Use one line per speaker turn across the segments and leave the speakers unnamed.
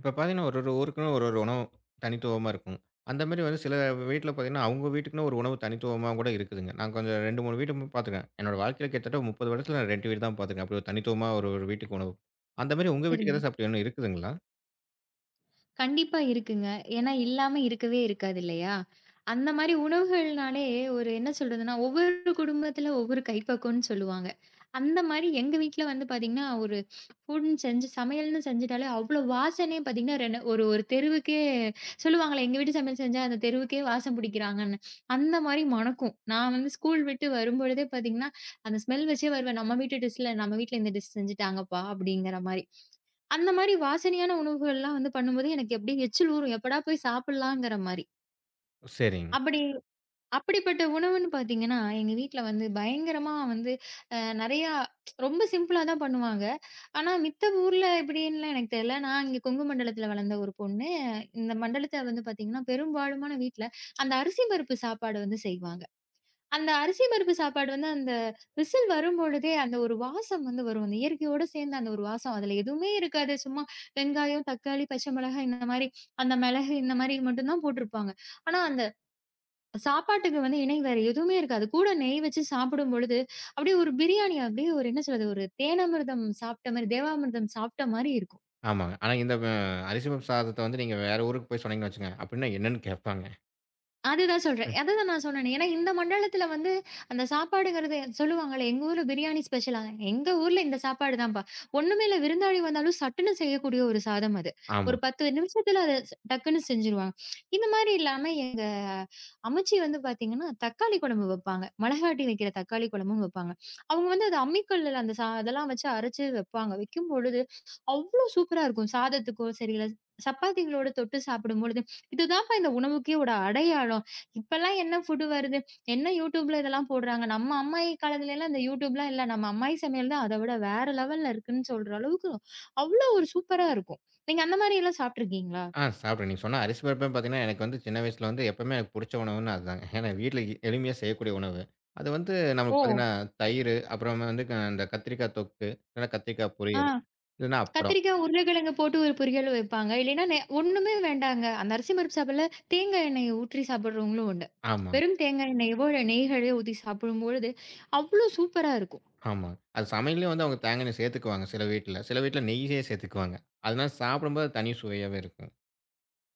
இப்ப பார்த்தீங்கன்னா, ஒரு ஒரு ஊருக்குன்னு ஒரு ஒரு உணவு தனித்துவமா இருக்கும். அந்த மாரி வந்து சில வீட்ல பார்த்தீங்கன்னா, அவங்க வீட்டுக்குன்னு ஒரு உணவு தனித்துவமா கூட இருக்குதுங்க. நான் கொஞ்சம் 2, 3 வீடு பார்த்துருக்கேன். என்னோட வாழ்க்கையில கிட்டத்தட்ட 30 வருடத்துல நான் 2 வீடு தான் பார்த்துருக்கேன். அப்படி ஒரு தனித்துவமா ஒரு ஒரு வீட்டுக்கு உணவு. அந்த மாரி உங்க வீட்டுக்கு
சரிங்க.
ஏதாவது அப்படி ஒண்ணு இருக்குதுங்களா?
கண்டிப்பா இருக்குங்க. ஏன்னா இல்லாம இருக்கவே இருக்காது இல்லையா? அந்த மாரி உணவுகள்னாலே ஒரு என்ன சொல்றதுன்னா, ஒவ்வொரு குடும்பத்துல ஒவ்வொரு கைப்பக்குவம்ன்னு சொல்லுவாங்க. அந்த மாரி எங்க வீட்ல வந்து பாத்தீங்கன்னா, ஒரு ஃபுட்ன்னு செஞ்சு சமையல்ன்னு செஞ்சுட்டாலே அவ்ளோ வாசனையே பாத்தீங்கன்னா, ஒரு ஒரு தெருவுக்கே சொல்லுவாங்கல்ல, எங்க வீட்டு சமையல் செஞ்சா அந்த தெருவுக்கே வாசம் பிடிக்கிறாங்கன்னு. அந்த மாரி மணக்கும். நான் வந்து ஸ்கூல் விட்டு வரும்பொழுதே பாத்தீங்கன்னா, அந்த ஸ்மெல் வச்சே வருவேன். நம்ம வீட்டு டிஷ்ல நம்ம வீட்ல இந்த டிஷ் செஞ்சுட்டாங்கப்பா அப்படிங்கிற மாரி. அந்த மாரி வாசனையான உணவுகள்லாம் வந்து பண்ணும்போது, எனக்கு அப்படியே எச்சில் ஊறும். எப்படா போய் சாப்பிடலாங்கிற மாரி.
சரிங்க.
அப்படி அப்படிப்பட்ட உணவுன்னு பார்த்தீங்கன்னா, எங்க வீட்ல வந்து பயங்கரமா வந்து அ நெறையா ரொம்ப சிம்பிளா தான் பண்ணுவாங்க. ஆனா, மித்த ஊர்ல எப்படின்னுலாம் எனக்கு தெரியல. நான் இங்க கொங்கு மண்டலத்தில வளர்ந்த ஒரு பொண்ணு. இந்த மண்டலத்த வந்து பார்த்தீங்கன்னா, பெரும்பாலுமான வீட்ல அந்த அரிசி பருப்பு சாப்பாடு வந்து செய்வாங்க. அந்த அரிசி பருப்பு சாப்பாடு வந்து அந்த விசில் வரும்பொழுதே, அந்த ஒரு வாசம் வந்து வரும். அந்த இயற்கையோட சேர்ந்த அந்த ஒரு வாசம். அதுல எதுவுமே இருக்காது. சும்மா வெங்காயம், தக்காளி, பச்சை மிளகாய் இந்த மாரி, அந்த மிளகு இந்த மாரி மட்டும் தான் போட்டிருப்பாங்க. ஆனா, அந்த சாப்பாட்டுக்கு வந்து இணை வேற எதுவுமே இருக்காது. கூட நெய் வச்சு சாப்பிடும்பொழுது, அப்படியே ஒரு பிரியாணி அப்படியே ஒரு என்ன சொல்றது, ஒரு தேனாமிர்தம் சாப்பிட்ட மாரி, தேவாமிர்தம் சாப்பிட்ட மாரி இருக்கும்.
ஆமாங்க. ஆனா இந்த அரிசி பருப்பு சாதத்த வந்து நீங்க வேற ஊருக்கு போய் சொன்னீங்கன்னு வச்சுக்கங்க, அப்படின்னா என்னன்னு கேட்பாங்க.
அதுதான் சொல்றேன். அதுதான் நான் சொன்னேனே. ஏன்னா இந்த மண்டலத்துல வந்து அந்த சாப்பாடுங்கிறது சொல்லுவாங்கல்ல, எங்க ஊர்ல பிரியாணி ஸ்பெஷலா. எங்க ஊர்ல இந்த சாப்பாடு தான்ப்பா. ஒண்ணுமே இல்ல விருந்தாளி வந்தாலும் சட்டுன்னு செய்யக்கூடிய ஒரு சாதம் அது.
ஆமா.
ஒரு 10 நிமிஷத்துல அத டக்குன்னு செஞ்சுருவாங்க. இந்த மாரி இல்லாம எங்க அம்மிச்சி வந்து பாத்தீங்கன்னா, தக்காளி குழம்பு வைப்பாங்க. மொளகாட்டி வைக்கிற தக்காளி குழம்பும் வைப்பாங்க. அவங்க வந்து அது அம்மிக்கல்லுல அந்த அதெல்லாம் வச்சு அரைச்சு வைப்பாங்க. வைக்கும்பொழுது அவ்ளோ சூப்பரா இருக்கும். சாதத்துக்கோ சரி, இல்ல சப்பாத்திகளோட தொட்டு சாப்பிடும்பொழுது, இதுதான்ப்பா இந்த உணவுக்கே ஒரு அடையாளம். இப்பல்லாம் என்ன ஃபுட் வருது? என்ன YouTubeல இதெல்லாம் போடுறாங்க. நம்ம அம்மாயி காலத்துலலாம் இந்த YouTubeலாம் இல்ல. நம்ம அம்மாயி சமையல் தான் அத விட வேற லெவல்ல இருக்குன்னு சொல்ற அளவுக்கு, அவ்ளோ ஒரு சூப்பரா இருக்கும். நீங்க அந்த மாரி எல்லாம் சாப்ட்டுருக்கீங்களா?
ஆ சாப்பிட்றேன். நீங்க சொன்ன அரிசி பருப்புன்னு பார்த்தீங்கன்னா, எனக்கு வந்து சின்ன வயசுல வந்து எப்பவுமே எனக்கு புடிச்ச உணவுன்னா அதுதாங்க. ஏன்னா வீட்ல எளிமையா செய்யக்கூடிய உணவு. அது வந்து நமக்கு
ஓ!
பார்த்தீங்கன்னா, தயிரு, அப்புறமா வந்து இந்த கத்திரிக்காய் தொக்கு, இல்லன்னா கத்திரிக்காய்
ஆ.
பொரியல், இல்லன்னா அப்பளம்.
கத்திரிக்காய், உருளைக்கிழங்கு போட்டு ஒரு பொரியல் வைப்பாங்க. இல்லைன்னா ஒண்ணுமே வேண்டாங்க. அந்த அரிசி பருப்பு சாப்பாடுல தேங்காய் எண்ணெய ஊற்றி சாப்பிடுறவங்களும் உண்டு.
ஆமா,
வெறும் தேங்காய் எண்ணெயவோ, நெய்களோ ஊத்தி சாப்பிடும்பொழுது, அவ்ளோ சூப்பரா இருக்கும்.
ஆமா. அது சமையல்லயும் வந்து அவங்க தேங்கா எண்ணெய் சேர்த்துக்குவாங்க சில வீட்ல. சில வீட்ல நெய்யே சேர்த்துக்குவாங்க. அதனால சாப்பிடும்போது அது தனி சுவையாவே இருக்கும்.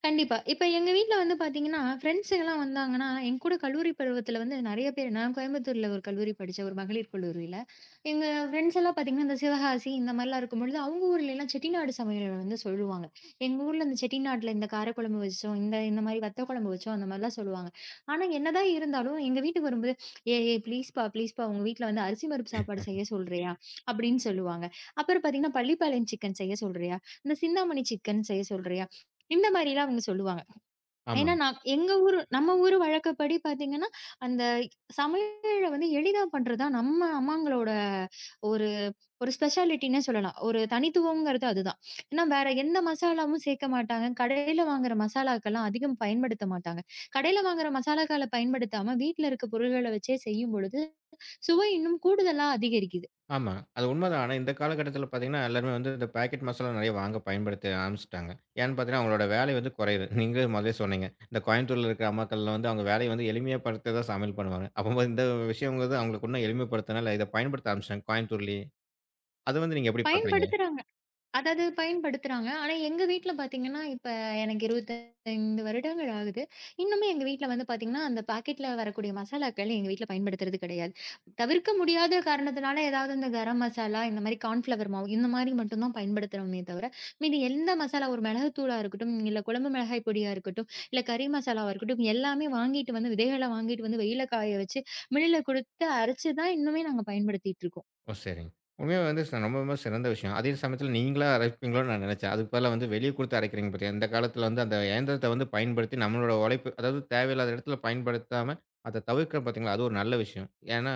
கண்டிப்பா. இப்ப எங்க வீட்ல வந்து பார்த்தீங்கன்னா, ஃப்ரெண்ட்ஸுங்கலாம் வந்தாங்கன்னா, என் கூட கல்லூரி பருவத்தில வந்து நெறைய பேர் நான் கோயம்புத்தூர்ல ஒரு கல்லூரி படிச்சேன். ஒரு மகளிர் கல்லூரியில. எங்க ஃப்ரெண்ட்ஸ் எல்லாம் பார்த்தீங்கன்னா, இந்த சிவகாசி இந்த மாரிலாம் இருக்கும்பொழுது, அவங்க ஊர்லலாம் செட்டிநாடு சமையல் வந்து சொல்லுவாங்க. எங்க ஊர்ல இந்த செட்டிநாட்ல இந்த காரக்குழம்பு வச்சோம், இந்த இந்த மாரி வத்த குழம்பு வச்சோம், அந்த மாரிலாம் சொல்லுவாங்க. ஆனா, என்னதான் இருந்தாலும் எங்க வீட்டுக்கு வரும்போது, "ஏய் ஏய் ப்ளீஸ்ப்பா ப்ளீஸ்ப்பா உங்க வீட்ல வந்து அரிசி பருப்பு சாப்பாடு செய்ய சொல்றியா?" அப்படின்னு சொல்லுவாங்க. அப்புறம் பார்த்தீங்கன்னா, "பள்ளிப்பாளையம் சிக்கன் செய்ய சொல்றியா? இந்த சிந்தாமணி சிக்கன் செய்ய சொல்றியா?" இந்த மாரிலாம் அவங்க சொல்லுவாங்க.
ஆமா.
ஏன்னா, நான் எங்க ஊரு நம்ம ஊரு வழக்கப்படி பார்த்தீங்கன்னா, அந்த சமையல வந்து எளிதா பண்றது தான் நம்ம அம்மாங்களோட ஒரு ஒரு ஸ்பெஷாலிட்டின்னே சொல்லலாம். ஒரு தனித்துவம்ங்கிறது அதுதான். ஏன்னா, வேற எந்த மசாலாவும் சேர்க்க மாட்டாங்க. கடையில வாங்குற மசாலாக்கெல்லாம் அதிகம் பயன்படுத்த மாட்டாங்க. கடையில வாங்குற மசாலாக்கள பயன்படுத்தாம, வீட்ல இருக்க பொருள்கள வச்சே செய்யும்பொழுது, சுவை இன்னும் கூடுதலா அதிகரிக்குது.
ஆமா. அது உண்மதான். ஆனா, இந்த காலகட்டத்தில பார்த்தீங்கன்னா, எல்லாருமே வந்து இந்த பாக்கெட் மசாலா நெறைய வாங்க பயன்படுத்த ஆரம்பிச்சுட்டாங்க. ஏன்னு பார்த்தீங்கன்னா, அவங்களோட வேலை வந்து குறையுது. நீங்களே முதலே சொன்னீங்க. இந்த கோயம்புத்தூர்ல இருக்கிற அம்மாக்கள்லாம் வந்து அவங்க வேலைய வந்து எளிமைப்படுத்த தான் சமையல் பண்ணுவாங்க. அப்பம்போது இந்த விஷயம்ங்கிறது அவங்களுக்கு இன்னும் எளிமைப்படுத்துனால, இத பயன்படுத்த ஆரம்பிச்சுட்டாங்க கோயம்புத்தூர்லயே. அத வந்து நீங்க எப்படி பார்க்குறீங்க?
பயன்படுத்துறாங்க. அதாவது பயன்படுத்துறாங்க. ஆனா எங்க வீட்ல பார்த்தீங்கன்னா, இப்ப எனக்கு 25 வருடங்கள் ஆகுது. இன்னுமே எங்க வீட்ல வந்து பார்த்தீங்கன்னா, அந்த பாக்கெட்ல வரக்கூடிய மசாலாக்கள் எங்க வீட்ல பயன்படுத்துறது கிடையாது. தவிர்க்க முடியாத காரணத்தினால ஏதாவது இந்த கரம் மசாலா, இந்த மாரி கார்ன்ஃப்ளவர் மாவு, இந்த மாரி மட்டும் தான் பயன்படுத்துறோமே தவிர, மீதி எந்த மசாலா ஒரு மிளகுத்தூளா இருக்கட்டும், இல்ல குழம்பு மிளகாய் பொடியா இருக்கட்டும், இல்ல கறி மசாலாவா இருக்கட்டும், எல்லாமே வாங்கிட்டு வந்து விதைகள வாங்கிட்டு வந்து வெயில்ல காய வச்சு மில்லுல குடுத்து அரைச்சு தான் இன்னுமே நாங்க பயன்படுத்திட்டு இருக்கோம்.
ஓ! சரிங்க. உண்மையா வந்து ரொம்ப ரொம்ப சிறந்த விஷயம். அதே சமயத்தில நீங்களா அரைப்பீங்களோன்னு நான் நினைச்சேன். அதுக்கு பதிலா வந்து வெளிய குடுத்து அரைக்கிறீங்க பாத்தியா, இந்த காலத்தில வந்து அந்த இயந்திரத்த வந்து பயன்படுத்தி நம்மளோட உழைப்பு அதாவது தேவையில்லாத இடத்துல பயன்படுத்தாம, அத தவிர்க்கிறோம் பாத்தீங்களா, அது ஒரு நல்ல விஷயம். ஏன்னா,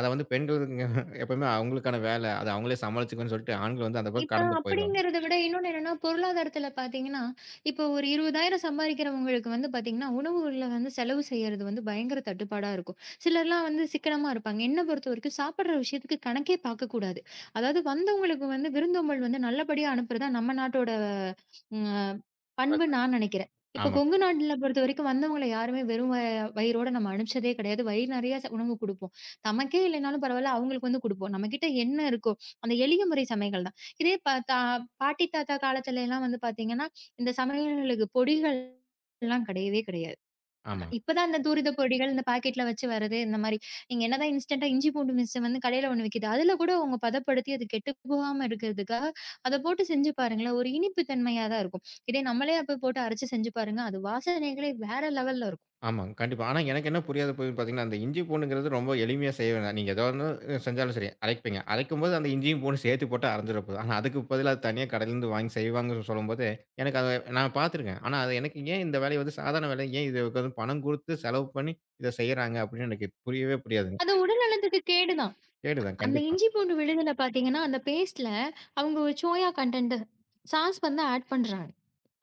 அத வந்து பெண்களுங்க எப்பவுமே அவங்களுக்கான வேல. அத அவங்களே சமாளிச்சுக்குவேன்னு சொல்லிட்டு ஆண்கள் வந்து அந்த பக்கம்
இப்ப
கடந்து போயிருவாங்க.
அப்படிங்கிறத விட இன்னொன்னு என்னன்னா, பொருளாதாரத்துல பார்த்தீங்கன்னா, இப்போ ஒரு 20,000 சம்பாரிக்கிறவங்களுக்கு வந்து பார்த்தீங்கன்னா, உணவுகள்ல வந்து செலவு செய்யறது வந்து பயங்கர தட்டுப்பாடா இருக்கும். சிலர்லாம் வந்து சிக்கனமா இருப்பாங்க. என்ன பொறுத்தவரைக்கும் சாப்பிடுற விஷயத்துக்கு கணக்கே பார்க்கக்கூடாது. அதாவது வந்தவங்களுக்கு வந்து விருந்தோம்பல் வந்து நல்லபடியா அனுப்புறது தான் நம்ம நாட்டோட ம் பண்புன்னு நான் நெனைக்கிறேன். இப்ப
ஆமா,
கொங்கு நாட்ல பொறுத்தவரைக்கும் வந்தவங்கள யாருமே வெறும் வயிறோட நம்ம அனுப்பிச்சதே கிடையாது. வயிறு நெறைய உணவு குடுப்போம். நமக்கே இல்லைனாலும் பரவால்ல, அவங்களுக்கு வந்து குடுப்போம். நம்மகிட்ட என்ன இருக்கோ, அந்த எளிய முறை சமைகள் இதே பா தா பாட்டி, தாத்தா காலத்துலலாம் வந்து பார்த்தீங்கன்னா, இந்த சமையலுக்கு பொடிகள்லாம் கிடையவே கிடையாது.
ஆமா.
இப்பதான் இந்த தூரித பொடிகள் இந்த பாக்கெட்ல வச்சு வர்றது, இந்த மாரி. நீங்க என்னதான் இன்ஸ்டன்டா இஞ்சி பூண்டு மிக்ஸர் வந்து கடையில ஒண்ணு விக்குது. அதுல கூட அவங்க பதப்படுத்தி அது கெட்டு போகாம இருக்கிறதுக்காக, அத போட்டு செஞ்சு பாருங்களேன், ஒரு இனிப்பு தன்மையா தான் இருக்கும். இதே நம்மளே அப்ப போட்டு அரைச்சு செஞ்சு பாருங்க, அது வாசனைகளே வேற லெவல்ல இருக்கும்.
ஆமாங்க. கண்டிப்பா. ஆனா எனக்கு என்ன புரியாத போயின்னு பார்த்தீங்கன்னா, அந்த இஞ்சி பூண்டுங்கிறது ரொம்ப எளிமையா செய்ய வேணாம். நீங்க ஏதோ ஒண்ணு செஞ்சாலும் சரி, அரைப்பீங்க. அரைக்கும்போது அந்த இஞ்சியும் பூண்டும் சேர்த்து போட்டு அரைஞ்சிட போதும். ஆனா அதுக்கு பதிலா தனியா கடையிலேருந்து வாங்கி செய்வாங்கன்னு சொல்லும்போது, எனக்கு அத நான் பார்த்துருக்கேன். ஆனா அது எனக்கு ஏன் இந்த வேலைய வந்து சாதாரண வேலை, ஏன் இதுக்கு வந்து பணம் குடுத்து செலவு பண்ணி இத செய்றாங்க அப்படின்னு எனக்கு புரியவே புரியாதுங்க.
அது உடல் நலத்துக்கு கேடுதான்.
கேடு தான்
அந்த
கண்டிப்பா.
இஞ்சி பூண்டு விழுதுல பார்த்தீங்கன்னா, அந்த பேஸ்ட்ல அவங்க ஒரு சோயா கன்டென்ட் சாஸ் வந்து ஆட் பண்றாங்க.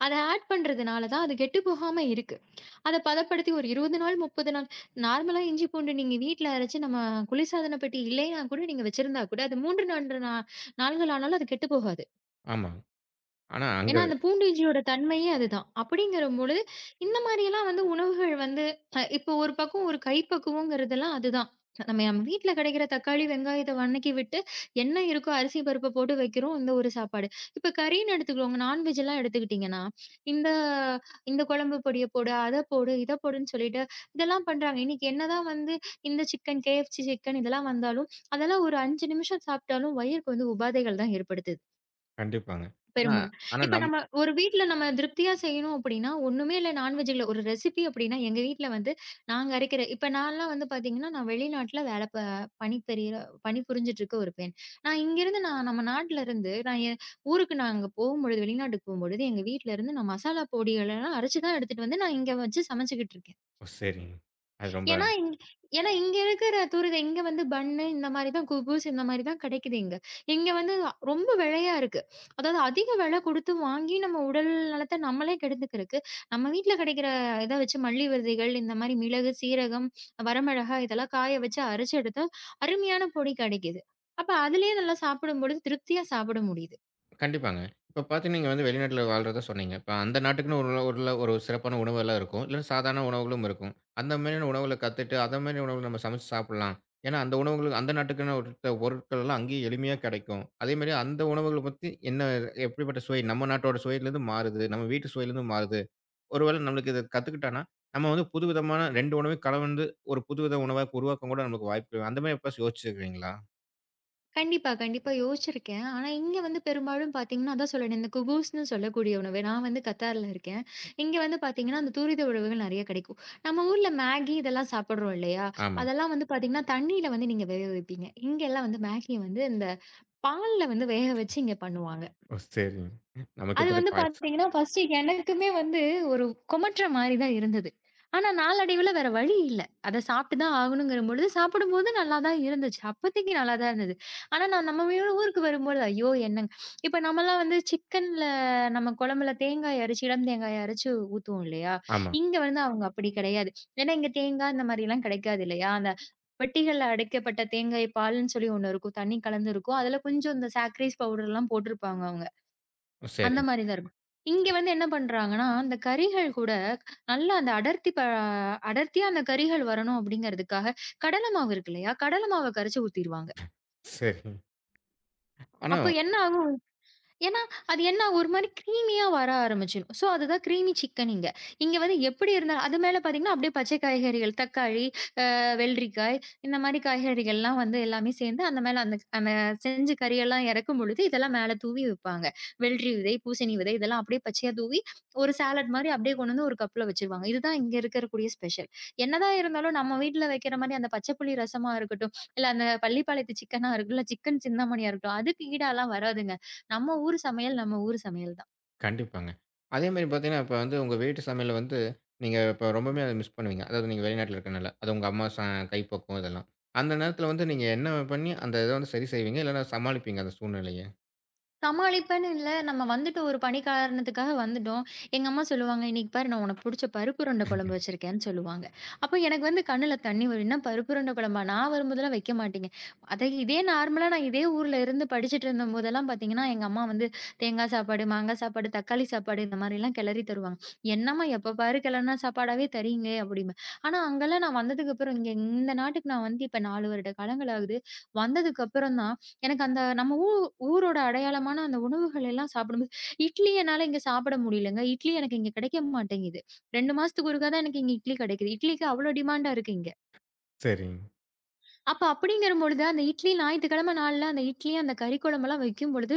அத ஆட் பண்றதுனால தான் அது கெட்டு போகாம இருக்கு. அத பதப்படுத்தி ஒரு 20 நாள், 30 நாள் நார்மலா இஞ்சி பூண்டு நீங்க வீட்ல அரைச்சு நம்ம குளிர்சாதன பெட்டி இல்லைன்னா கூட நீங்க வச்சிருந்தா கூட அது 3, 4 நாள்கள் ஆனாலும் அது கெட்டு போகாது.
ஆமாங்க. ஆனா அங்க
ஏன்னா, அந்த பூண்டிஜியோட தன்மையே அதுதான். அப்படிங்கிறபொழுது, இந்த மாரியெல்லாம் வந்து உணவுகள் வந்து இப்போ ஒரு பக்கம் ஒரு கைப்பக்குவங்கிறதெல்லாம் அதுதான். நம்ம நம்ம வீட்ல கிடைக்கிற தக்காளி, வெங்காயத்த வணக்கி விட்டு, என்ன இருக்கோ அரிசி, பருப்ப போட்டு வைக்கிறோம், இந்த ஒரு சாப்பாடு. இப்ப கறின்னு எடுத்துக்கோங்க, நான்வெஜ் எல்லாம் எடுத்துக்கிட்டீங்கன்னா, இந்த இந்த குழம்பு பொடிய போடு, அத போடு, இத போடுன்னு சொல்லிட்டு, இதெல்லாம் பண்றாங்க. இன்னைக்கு என்னதான் வந்து இந்த சிக்கன், KFC சிக்கன் இதெல்லாம் வந்தாலும், அதெல்லாம் ஒரு 5 நிமிஷம் சாப்பிட்டாலும், வயிறுக்கு வந்து உபாதைகள் தான் ஏற்படுத்துது.
கண்டிப்பாங்க. ஆனா
பெரும்பாலும்.
ஆனா
இப்ப
நம்
நம்ம ஒரு வீட்ல நம்ம திருப்தியா செய்யணும் அப்படின்னா, ஒண்ணுமே இல்ல நான்வெஜ் இல்ல. ஒரு ரெசிபி அப்படின்னா, எங்க வீட்ல வந்து நாங்க அரைக்கிற இப்ப நான்லாம் வந்து பாத்தீங்கன்னா, நான் வெளிநாட்ல வேல ப பணிபெரியற பணிபுரிஞ்சுட்டு இருக்க ஒரு பெண். நான் இங்கருந்து நான் நம்ம நாட்ல இருந்து நான் என் ஊருக்கு நாங்க போகும்பொழுது வெளிநாட்டுக்கு போகும்பொழுது, எங்க வீட்ல இருந்து நான் மசாலா பொடிகளெல்லாம் அரைச்சு தான் எடுத்துட்டு வந்து, நான் இங்க வச்சு சமைச்சுக்கிட்டு இருக்கேன்.
ஓ! சரிங்க. அது ரொம்ப
ஏன்னா, ஏன்னா இங்க இருக்கிற தூரிகை இங்க வந்து பன்னு இந்த மாரி தான் குபூஸ் இந்த மாரி தான் கிடைக்குது இங்க. இங்க வந்து ரொம்ப விலையா இருக்கு. அதாவது அதிக விலை குடுத்து வாங்கி நம்ம உடல் நலத்த நம்மளே கெடுத்துக்கிறதுக்கு, நம்ம வீட்ல கிடைக்கிற இத வச்சு மல்லி விதைகள் இந்த மாரி மிளகு, சீரகம், வரமிளகா இதெல்லாம் காய வச்சு அரைச்சு எடுத்தா அருமையான பொடி கிடைக்குது. அப்ப அதிலேயே நல்லா சாப்பிடும்பொழுது திருப்தியா சாப்பிட முடியுது.
கண்டிப்பாங்க. இப்ப பாத்தீங்கன்னா, நீங்க வந்து வெளிநாட்டுல வாழ்றதா சொன்னீங்க. இப்ப அந்த நாட்டுக்குன்னு ஒரு உணவு- ஒரு ஒரு சிறப்பான உணவு எல்லாம் இருக்கும். இல்ல சாதாரண உணவுகளும் இருக்கும். அந்த மாதிரியான உணவுகள கத்துட்டு, அந்த மாதிரி உணவுகள நம்ம சமைச்சு சாப்பிடலாம். ஏன்னா, அந்த உணவுகள் அந்த நாட்டுக்குன்னு ஒரு பொருட்கள் எல்லாம் அங்கேயே எளிமையா கிடைக்கும். அதே மாதிரி அந்த உணவுகள பத்தி என்ன எப்படிப்பட்ட சுவை நம்ம நாட்டோட சுவையிலிருந்து மாறுது, நம்ம வீட்டு சுவையிலிருந்து மாறுது. ஒருவேளை நம்மளுக்கு இத கத்துக்கிட்டான்னா, நம்ம வந்து புதுவிதமான 2 உணவையும் கலந்து ஒரு புதுவித உணவா உருவாக்க கூட நமக்கு வாய்ப்பு இருக்கு. அந்த மாதிரி எப்பயாச்சும் யோசிச்சிருக்கீங்களா?
கண்டிப்பா, கண்டிப்பா யோசிச்சிருக்கேன். ஆனா இங்க வந்து பெரும்பாலும் பார்த்தீங்கன்னா, அதான் சொன்னேனே இந்த குகூஸ்ன்னு சொல்லக்கூடிய உணவு. நான் வந்து கத்தார்ல இருக்கேன். இங்க வந்து பார்த்தீங்கன்னா, அந்த துரித உணவுகள் நெறைய கிடைக்கும். நம்ம ஊர்ல மேகி இதெல்லாம் சாப்பிடுறோம் இல்லையா?
ஆமா.
அதெல்லாம் வந்து பார்த்தீங்கன்னா, தண்ணீல வந்து நீங்க வேக வைப்பீங்க. இங்கலாம் வந்து மேகிய வந்து இந்த பால்ல வந்து வேக வச்சு இங்க பண்ணுவாங்க.
ஓ! சரிங்க. நமக்கு
அது வந்து பார்த்தீங்கன்னா, ஃபர்ஸ்ட்டு எனக்குமே வந்து ஒரு குமட்டுற மாரி தான் இருந்தது. ஆனா நாளடைவுல வேற வழி இல்ல. அத சாப்பிட்டு தான் ஆகணுங்கிற பொழுது, சாப்பிடும்போது நல்லா தான் இருந்துச்சு. அப்போதைக்கு நல்லா தான் இருந்தது. ஆனா நான் நம்ம வீடு ஊருக்கு வரும்பொழுது, ஐயோ! என்னங்க இப்ப நம்மலாம் வந்து சிக்கன்ல நம்ம குழம்புல தேங்காய் அரைச்சு, இளம் தேங்காய் அரைச்சு ஊத்துவோம் இல்லையா?
ஆமா.
இங்க வந்து அவங்க அப்படி கிடையாது. ஏன்னா இங்க தேங்காய் இந்த மாரிலாம் கிடைக்காது இல்லையா? அந்த பெட்டிகள்ல அடைக்கப்பட்ட தேங்காய் பால்ன்னு சொல்லி ஒண்ணு இருக்கும். தண்ணி கலந்து இருக்கும். அதில கொஞ்சம் இந்த சாக்ரீஸ் பவுடர்லாம் போட்டிருப்பாங்க அவங்க.
ஓ!
அந்த
சரிங்க.
மாரி தான் இருக்கும். இங்க வந்து என்ன பண்றாங்கன்னா, அந்த கறிகள் கூட நல்லா அந்த அடர்த்தியா அந்த கறிகள் வரணும் அப்படிங்கிறதுக்காக, கடல மாவு இருக்கு இல்லையா? கடல மாவ கரைச்சு ஊத்திருவாங்க.
சரி. ஆனா
அப்ப என்ன ஆகும்? ஏன்னா, அது என்ன ஆகும்? ஒரு மாரி கிரீமியா வர ஆரம்பிச்சுரும். சோ, அதுதான் கிரீமி சிக்கன் இங்க. இங்க வந்து எப்படி இருந்தாலும் அது மேல பார்த்தீங்கன்னா, அப்படியே பச்சை காய்கறிகள், தக்காளி, வெள்ளரிக்காய், இந்த மாரி காய்கறிகள்லாம் வந்து எல்லாமே சேர்ந்து அந்த மேல அந்த அந்த செஞ்ச கறியெல்லாம் இறக்கும் பொழுது, இதெல்லாம் மேல தூவி வைப்பாங்க. வெள்ளரி விதை, பூசணி விதை இதெல்லாம் அப்படியே பச்சையா தூவி, ஒரு சாலட் மாரி அப்படியே கொண்டு வந்து ஒரு கப்ல வச்சுருவாங்க. இதுதான் இங்க இருக்கக்கூடிய ஸ்பெஷல். என்னதான் இருந்தாலும் நம்ம வீட்ல வைக்கிற மாரி அந்த பச்சை புளி ரசமா இருக்கட்டும், இல்ல அந்த பள்ளிப்பாளையத்து சிக்கனா இருக்கட்டும், இல்ல சிக்கன் சிந்தாமணியா இருக்கட்டும், அதுக்கு ஈடாலாம் வராதுங்க. நம்ம ஊர் சமையல், நம்ம ஊர் சமையல் தான்.
கண்டிப்பாங்க. அதேமாரி பார்த்தீங்கன்னா, இப்ப வந்து உங்க வீட்டு சமையல்ல வந்து, நீங்க இப்ப ரொம்பவுமே அத மிஸ் பண்ணுவீங்க. அதாவது நீங்க வெளிநாட்ல இருக்கனால. அது உங்க அம்மா கைப்பக்குவம் இதெல்லாம். அந்த நேரத்தில வந்து நீங்க என்ன பண்ணி, அந்த இத வந்து சரி செய்வீங்க? இல்லன்னா சமாளிப்பீங்க அந்த சூழ்நிலைய?
சமாளிப்பேன்னு இல்ல. நம்ம வந்துட்டு ஒரு பணி காரணத்துக்காக வந்துட்டோம். எங்க அம்மா சொல்லுவாங்க, "இன்னைக்கு பாரு நான் உனக்கு புடிச்ச பருப்பு உருண்டை குழம்பு வச்சிருக்கேன்னு" சொல்லுவாங்க. அப்ப எனக்கு வந்து கண்ணுல தண்ணி வரும். என்ன பருப்பு உருண்டை குழம்பா? நான் வரும்போதெல்லாம் வைக்க மாட்டீங்க. அத இதே நார்மலா நான் இதே ஊர்ல இருந்து படிச்சுட்டு இருந்தபோதெல்லாம் பார்த்தீங்கன்னா, எங்க அம்மா வந்து தேங்காய் சாப்பாடு, மாங்காய் சாப்பாடு, தக்காளி சாப்பாடு இந்த மாரிலாம் கிளறி தருவாங்க. "என்னம்மா எப்ப பாரு கிளறுன சாப்பாடாவே தரீங்க" அப்படிம்பேன். ஆனா அங்கலாம் நான் வந்ததுக்கு அப்புறம் இங்க இந்த நாட்டுக்கு நான் வந்து இப்ப 4 வருட காலங்கள் ஆகுது. வந்ததுக்கு அப்புறம் தான் எனக்கு அந்த நம்ம ஊரோட அடையாளமான அந்த உணவுகள் எல்லாம் சாப்பிடும்போது இட்லி என்னால இங்க சாப்பிட முடியலங்க. இட்லி எனக்கு இங்க கிடைக்க மாட்டேங்குது. 2 மாசத்துக்கு ஒருக்கா தான் எனக்கு இங்க இட்லி கிடைக்குது. இட்லிக்கு அவ்ளோ டிமாண்டா இருக்கு இங்க.
சரிங்க.
அப்ப அப்படிங்கிற பொழுது அந்த இட்லி ஞாயித்துக்கிழமை நாள்ல அந்த இட்லி, அந்த கறி குழம்பெல்லாம் வைக்கும் பொழுது,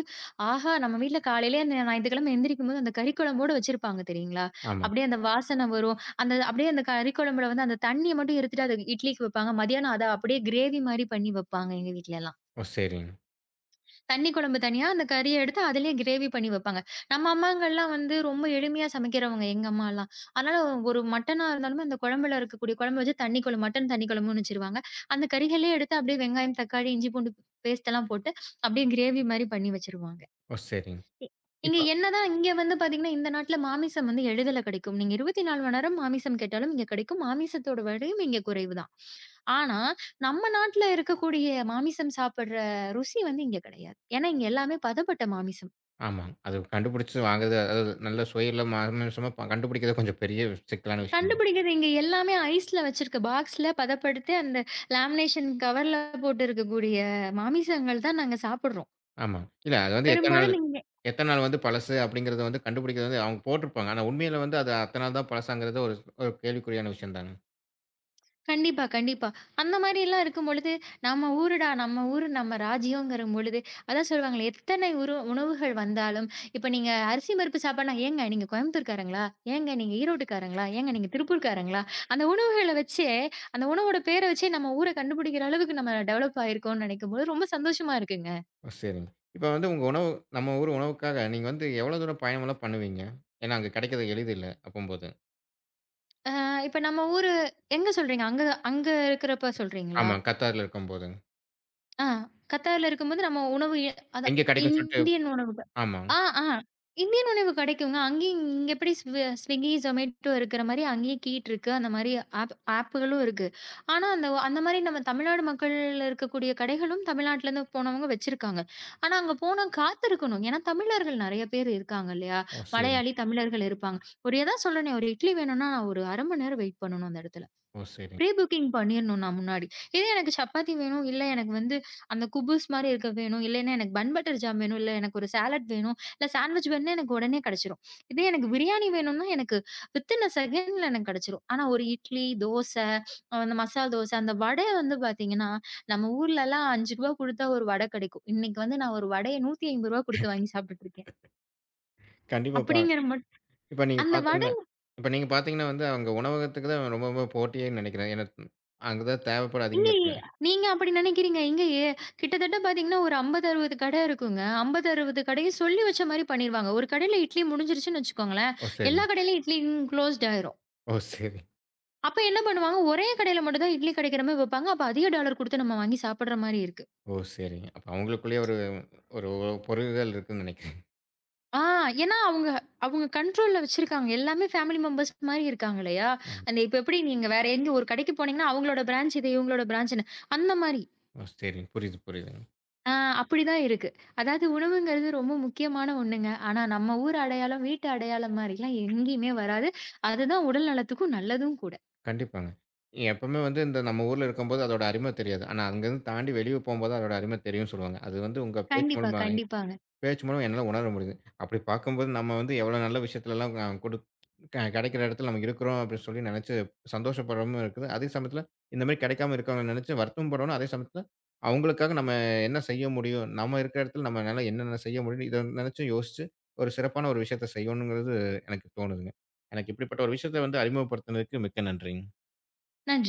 ஆஹா! நம்ம வீட்ல காலையிலே அந்த ஞாயித்துக்கிழமை எந்திரிக்கும்போது அந்த கறி குழம்போட வச்சிருப்பாங்க தெரியுங்களா?
ஆமா.
அப்படியே அந்த வாசனை வரும். அந்த அப்படியே அந்த கறி குழம்புல வந்து அந்த தண்ணிய மட்டும் எடுத்துட்டு அது இட்லிக்கு வைப்பாங்க. மதியானம் அத அப்படியே கிரேவி மாரி பண்ணி வைப்பாங்க எங்க வீட்லலாம்.
ஓ! சரிங்க.
தண்ணி குழம்பு தனியா, அந்த கறிய எடுத்து அதிலேயே கிரேவி பண்ணி வைப்பாங்க. நம்ம அம்மாங்கலாம் வந்து ரொம்ப எளிமையா சமைக்கிறவங்க, எங்க அம்மாலாம். அதனால ஒரு மட்டனா இருந்தாலுமே அந்த குழம்புல இருக்கக்கூடிய குழம்பு வச்சு தண்ணி குழம்பு, மட்டன் தண்ணி குழம்புன்னு வச்சுருவாங்க. அந்த கறிகளே எடுத்து அப்படியே வெங்காயம், தக்காளி, இஞ்சி பூண்டு பேஸ்ட் எல்லாம் போட்டு, அப்படியே கிரேவி மாரி பண்ணி வச்சுருவாங்க.
ஓ! சரிங்க.
இ இங்க
இப்ப
என்னதான் இங்க வந்து பார்த்தீங்கன்னா, இந்த நாட்ல மாமிசம் வந்து எளிதில கிடைக்கும். நீங்க 24 மணி நேரம் மாமிசம் கேட்டாலும் இங்க கிடைக்கும். மாமிசத்தோட விலையும் இங்க குறைவு தான். ஆனா, நம்ம நாட்ல இருக்கக்கூடிய மாமிசம் சாப்பிடுற ருசி வந்து இங்க கிடையாது. ஏன்னா, இங்க எல்லாமே பதப்பட்ட மாமிசம்.
ஆமாங்க. அது கண்டுபிடிச்சு வாங்குறது, அதாவது நல்ல சுவையில மாமிசமா கண்டுபிடிக்கிறது கொஞ்சம் பெரிய சிக்கலான விஷயம் தான்.
கண்டுபிடிக்கிறது இங்க எல்லாமே ஐஸ்ல வச்சிருக்க பாக்ஸ்ல பதப்படுத்தி அந்த லேமினேஷன் கவர்ல போட்டு இருக்கக்கூடிய மாமிசங்கள் தான் நாங்க சாப்பிடுறோம்.
ஆமா. இல்ல அது வந்து
பெரும்பாலும் இங்க.
எத்தன நாள் வந்து பழசு அப்படிங்கிறத வந்து கண்டுபிடிக்கிறது வந்து அவங்க போட்டிருப்பாங்க. ஆனா உண்மையில வந்து அது அத்தன நாள் தான் பழசாங்கிறது ஒரு ஒரு கேள்விக்குறியான விஷயம் தாங்க.
கண்டிப்பா, கண்டிப்பா. அந்த மாரிலாம் இருக்கும் பொழுது, நம்ம ஊருடா, நம்ம ஊரு நம்ம ராஜ்யங்கிற பொழுது, அதான் சொல்லுவாங்களே, எத்தனை உணவுகள் வந்தாலும், இப்ப நீங்க அரிசி பருப்பு சாப்பாடுனா, "ஏங்க நீங்க கோயம்புத்தூர்காரங்களா? ஏங்க நீங்க ஈரோட்டுக்காரங்களா? ஏங்க நீங்க திருப்பூர்காரங்களா?" அந்த உணவுகள வச்சே, அந்த உணவோட பேர வச்சே நம்ம ஊர கண்டுபிடிக்கிற அளவுக்கு நம்ம டெவலப் ஆயிருக்கோம்னு நெனைக்கும்போது, ரொம்ப சந்தோஷமா இருக்குங்க.
ஓ சரிங்க. இப்ப வந்து உங்க உணவு நம்ம ஊர் உணவுக்காக நீங்க வந்து எவ்வளோ தூரம் பயணம்லாம் பண்ணுவீங்க? ஏன்னா அங்க கிடைக்கிறது எளிதில்ல அப்பம்போது.
இப்ப நம்ம ஊரு எங்க சொல்றீங்க? அங்க அங்க இருக்கிறப்ப சொல்றீங்களா?
ஆமா. கத்தார்ல இருக்கும்போது.
ஆ. கத்தார்ல இருக்கும்போது நம்ம உணவு அதான்
எங்க கிடைக்கும்னு சொல்லிட்டு
இந்தியன் உணவுகள்.
ஆமா.
ஆ, ஆ. இந்தியன் உணவு கிடைக்குங்க. அங்கேயும் இங்க எப்படி Swiggy, Zomato இருக்கிற மாரி அங்கேயும் கீட் இருக்கு. அந்த மாரி ஆப்புகளும் இருக்கு. ஆனா, அந்த அந்த மாரி நம்ம தமிழ்நாடு மக்கள் இருக்கக்கூடிய கடைகளும் தமிழ்நாட்டிலேருந்து போனவங்க வச்சிருக்காங்க. ஆனா, அங்க போனா காத்திருக்கணும். ஏன்னா, தமிழர்கள் நெறைய பேர் இருக்காங்க இல்லையா?
ஓ சரிங்க,
மலையாளி, தமிழர்கள் இருப்பாங்க. ஒரு எதா சொல்லணும். ஒரு இட்லி வேணும்னா நான் ஒரு 1/2 மணி நேரம் வெயிட் பண்ணணும் அந்த இடத்துல.
ஓ சரிங்க.
ப்ரீ புக்கிங் பண்ணிர்ணும் நான் முன்னாடி. இதே எனக்கு சப்பாத்தி வேணும், இல்ல எனக்கு வந்து அந்த குபுஸ் மாரி இருக்க வேணும், இல்லைன்னா எனக்கு பன் பட்டர் ஜாம் வேணும், இல்ல எனக்கு ஒரு சாலட் வேணும், இல்ல சாண்ட்விச் வேணும்னா எனக்கு உடனே கிடைச்சிரும். இதே எனக்கு பிரியாணி வேணும்னா எனக்கு வித்தின் செகண்ட்ல எனக்கு கிடைச்சிரும். ஆனா ஒரு இட்லி, தோசை, அந்த மசால் தோசை, அந்த வடை வந்து பார்த்தீங்கன்னா, நம்ம ஊர்லலாம் ரூ. 5 குடுத்தா ஒரு வடை கிடைக்கும். இன்னைக்கு வந்து நான் ஒரு வடைய ரூ. 150 குடுத்து வாங்கி சாப்பிட்டுட்டு இருக்கேன்.
கண்டிப்பா.
அப்படிங்கிற மட்
இப்ப நீங்க
அந்த வட
பார்த்தீங்கன்னா இப்ப நீங்க பார்த்தீங்கன்னா வந்து அங்க உணவகத்துக்கு தான் ரொம்ப ரொம்ப போட்டியே நினைக்கிறேன். ஏன்னா அங்க தான் தேவைப்பாடு அதிகமா
இல்லயே!
இருக்கு.
நீங்க அப்படி நெனைக்கிறீங்க. இங்க எ கிட்டத்தட்ட பார்த்தீங்கன்னா, ஒரு 50, 60 கடை இருக்குங்க. 50, 60 கடையும் சொல்லி வச்ச மாரி பண்ணிருவாங்க. ஒரு கடையில இட்லி முடிஞ்சிருச்சுன்னு வச்சுக்கோங்களேன்,
ஓ
எல்லா
சரிங்க,
கடையிலும் இட்லி குளோஸ்ட் ஆயிரும்.
ஓ சரி.
அப்ப என்ன பண்ணுவாங்க, ஒரே கடையில மட்டும் தான் இட்லி கிடைக்கிற மாரி வைப்பாங்க. அப்ப அதிக டாலர் குடுத்து நம்ம வாங்கி சாப்பிடுற மாரி இருக்கு.
ஓ! சரிங்க. அப்ப அவங்களுக்குள்ளேயே ஒரு ஒரு பொருள்கள் இருக்குன்னு நினைக்கிறேன்.
ஆ. ஏன்னா அவங்க அவங்க கண்ட்ரோல்ல வச்சிருக்காங்க. எல்லாமே ஃபேமிலி மெம்பர்ஸ் மாரி இருக்காங்க இல்லையா?
ஆமா.
அந்த இப்ப எப்படி நீங்க வேற எங்க ஒரு கடைக்கு போனீங்கன்னா, அவங்களோட பிரான்ச் இது, இவங்களோட பிரான்ச்ன்னு அந்த மாரி.
ஓ! சரிங்க. புரியுது, புரியுதுங்க.
ஆ. அப்படிதான் இருக்கு. அதாவது உணவுங்கிறது ரொம்ப முக்கியமான ஒண்ணுங்க. ஆனா நம்ம ஊர் அடையாளம், வீட்டு அடையாளம் மாரிலாம் எங்கேயுமே வராது. அதுதான் உடல் நலத்துக்கும் நல்லதும் கூட.
கண்டிப்பாங்க. எப்பவுமே வந்து இந்த நம்ம ஊர்ல இருக்கும்போது அதோட அருமை தெரியாது. ஆனா அங்கருந்து தாண்டி வெளிய போம்போது அதோட அருமை தெரியும்னு சொல்லுவாங்க. அது வந்து உங்க
கண்டிப்பா, கண்டிப்பாங்க.
பேச்சு மூலம் என்னால உணர முடியுது. அப்படி பார்க்கும்போது நம்ம வந்து எவ்வளோ நல்ல விஷயத்துலலாம் அ குடு க கெடைக்கிற இடத்துல நம்ம இருக்கிறோம் அப்படின்னு சொல்லி நெனைச்சு சந்தோஷப்படுறமும் இருக்குது. அதே சமயத்துல இந்த மாரி கெடைக்காம இருக்கவங்கள நெனைச்சு வருத்தம் படணும். அதே சமயத்துல அவங்களுக்காக நம்ம என்ன செய்ய முடியும்? நம்ம இருக்கிற இடத்துல நம்மனால என்னென்ன செய்ய முடியும்? இத நெனைச்சும் யோசிச்சு ஒரு சிறப்பான ஒரு விஷயத்த செய்யணுங்கிறது எனக்கு தோணுதுங்க. எனக்கு இப்படிப்பட்ட ஒரு விஷயத்த வந்து அறிமுகப்படுத்துனதுக்கு மிக்க நன்றிங்க.
நன்றி.